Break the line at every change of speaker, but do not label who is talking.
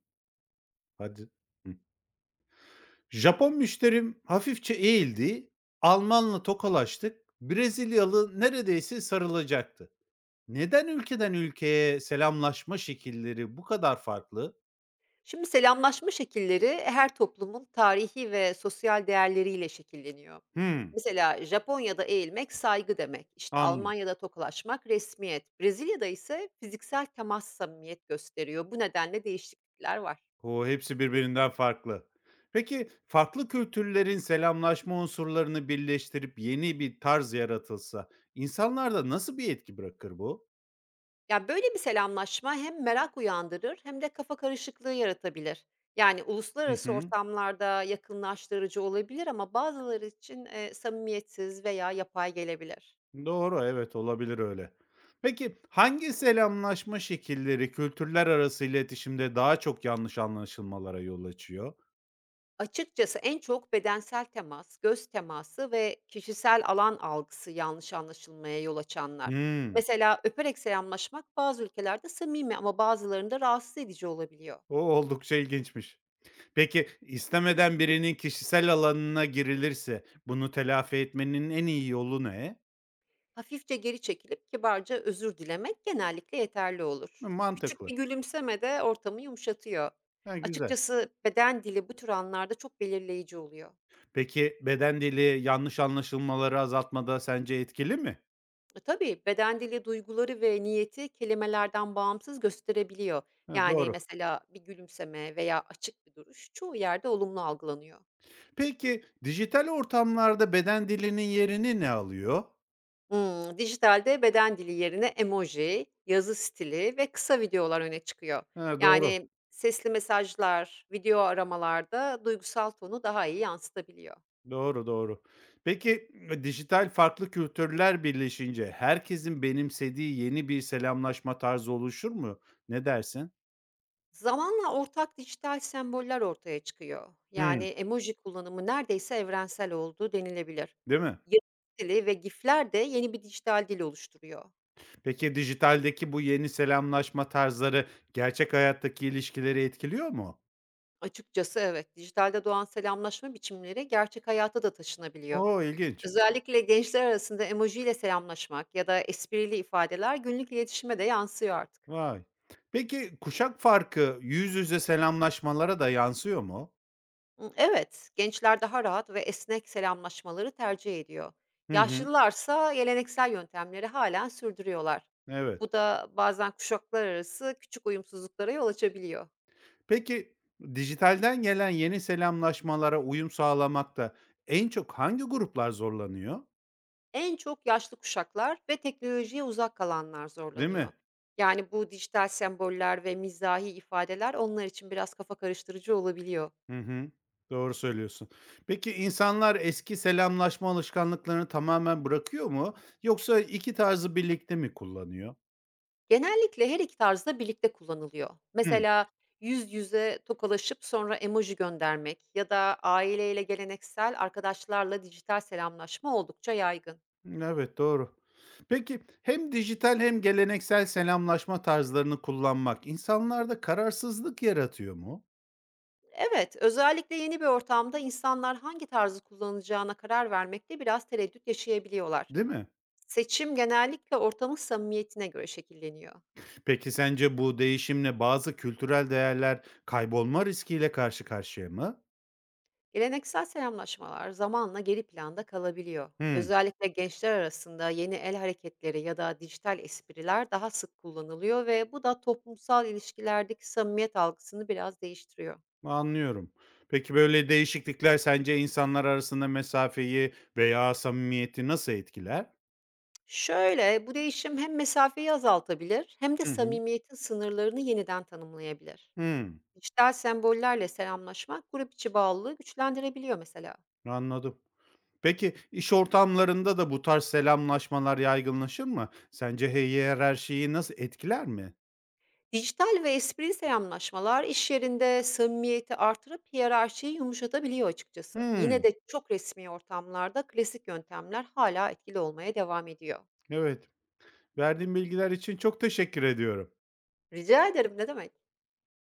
Hadi. Hı. Japon müşterim hafifçe eğildi. Almanla tokalaştık. Brezilyalı neredeyse sarılacaktı. Neden ülkeden ülkeye selamlaşma şekilleri bu kadar farklı?
Şimdi selamlaşma şekilleri her toplumun tarihi ve sosyal değerleriyle şekilleniyor.
Hımm,
Mesela Japonya'da eğilmek saygı demek, işte
anlıyorum.
Almanya'da tokalaşmak resmiyet, Brezilya'da ise fiziksel temas samimiyet gösteriyor. Bu nedenle değişiklikler var.
O, hepsi birbirinden farklı. Peki, farklı kültürlerin selamlaşma unsurlarını birleştirip yeni bir tarz yaratılsa, insanlarda nasıl bir etki bırakır bu?
Yani böyle bir selamlaşma hem merak uyandırır hem de kafa karışıklığı yaratabilir. Yani
Hı
uluslararası
hı.
ortamlarda yakınlaştırıcı olabilir ama bazıları için samimiyetsiz veya yapay gelebilir.
Doğru, evet, olabilir öyle. Peki, hangi selamlaşma şekilleri kültürler arası iletişimde daha çok yanlış anlaşılmalara yol açıyor?
Açıkçası en çok bedensel temas, göz teması ve kişisel alan algısı yanlış anlaşılmaya yol açanlar.
Hımm,
Mesela öperek selamlaşmak bazı ülkelerde samimi ama bazılarında rahatsız edici olabiliyor.
o oldukça ilginçmiş. Peki, istemeden birinin kişisel alanına girilirse bunu telafi etmenin en iyi yolu ne?
Hafifçe geri çekilip kibarca özür dilemek genellikle yeterli
Hıı,
olur. Küçük
mantıklı.
bir gülümseme de ortamı yumuşatıyor.
Ha, güzel.
Açıkçası beden dili bu tür anlarda çok belirleyici oluyor.
Peki, beden dili yanlış anlaşılmaları azaltmada sence etkili mi?
Tabii, beden dili duyguları ve niyeti kelimelerden bağımsız gösterebiliyor.
Ha,
Yani,
doğru.
mesela bir gülümseme veya açık bir duruş çoğu yerde olumlu algılanıyor.
Peki, dijital ortamlarda beden dilinin yerini ne alıyor?
Hımm, dijitalde beden dili yerine emoji, yazı stili ve kısa videolar öne çıkıyor.
Ha, doğru.
Yani, sesli mesajlar, video aramalarda duygusal tonu daha iyi yansıtabiliyor.
Doğru, doğru. Peki, dijital farklı kültürler birleşince herkesin benimsediği yeni bir selamlaşma tarzı oluşur mu? Ne dersin?
Zamanla ortak dijital semboller ortaya çıkıyor. Yani
Hımm,
emoji kullanımı neredeyse evrensel oldu denilebilir.
değil mi?
Yazı dili ve gifler de yeni bir dijital dil oluşturuyor.
Peki dijitaldeki bu yeni selamlaşma tarzları gerçek hayattaki ilişkileri etkiliyor mu?
Açıkçası evet, dijitalde doğan selamlaşma biçimleri gerçek hayata da taşınabiliyor.
Oo, ilginç.
Özellikle gençler arasında emoji ile selamlaşmak ya da esprili ifadeler günlük iletişime de yansıyor artık.
Vay. Peki kuşak farkı yüz yüze selamlaşmalara da yansıyor mu?
Evet, gençler daha rahat ve esnek selamlaşmaları tercih ediyor.
Hı hı.
Yaşlılarsa geleneksel yöntemleri hâlen sürdürüyorlar.
Evet.
Bu da bazen kuşaklar arası küçük uyumsuzluklara yol açabiliyor.
Peki, dijitalden gelen yeni selamlaşmalara uyum sağlamakta en çok hangi gruplar zorlanıyor?
En çok yaşlı kuşaklar ve teknolojiye uzak kalanlar
Değil
zorlanıyor.
mi?
Yani bu dijital semboller ve mizahi ifadeler onlar için biraz kafa karıştırıcı olabiliyor.
Hı hı. Doğru söylüyorsun. Peki, insanlar eski selamlaşma alışkanlıklarını tamamen bırakıyor mu yoksa 2 tarzı birlikte mi kullanıyor?
Genellikle her iki tarz birlikte kullanılıyor.
Hıı.
Mesela yüz yüze tokalaşıp sonra emoji göndermek ya da aileyle geleneksel arkadaşlarla dijital selamlaşma oldukça yaygın.
Evet, doğru. Peki, hem dijital hem geleneksel selamlaşma tarzlarını kullanmak insanlarda kararsızlık yaratıyor mu?
Evet, özellikle yeni bir ortamda insanlar hangi tarzı kullanacağına karar vermekte biraz tereddüt yaşayabiliyorlar.
Değil mi?
Seçim genellikle ortamın samimiyetine göre şekilleniyor.
Peki sence bu değişimle bazı kültürel değerler kaybolma riskiyle karşı karşıya mı?
Geleneksel selamlaşmalar zamanla geri planda kalabiliyor.
Hımm,
Özellikle gençler arasında yeni el hareketleri ya da dijital espriler daha sık kullanılıyor ve bu da toplumsal ilişkilerdeki samimiyet algısını biraz değiştiriyor.
anlıyorum. Peki böyle değişiklikler sence insanlar arasında mesafeyi veya samimiyeti nasıl etkiler?
Şöyle, bu değişim hem mesafeyi azaltabilir hem de
Hı hı.
samimiyetin sınırlarını yeniden tanımlayabilir.
Hımm,
Dijital sembollerle selamlaşmak grup içi bağlılığı güçlendirebiliyor mesela.
anladım. Peki iş ortamlarında da bu tarz selamlaşmalar yaygınlaşır mı? Sence hiyerarşiyi nasıl etkiler mi?
Dijital ve esprili selamlaşmalar iş yerinde samimiyeti artırıp hiyerarşiyi yumuşatabiliyor açıkçası. Yine
Hımm,
de çok resmi ortamlarda klasik yöntemler hala etkili olmaya devam ediyor.
evet. Verdiğin bilgiler için çok teşekkür ediyorum.
Rica ederim ne demek?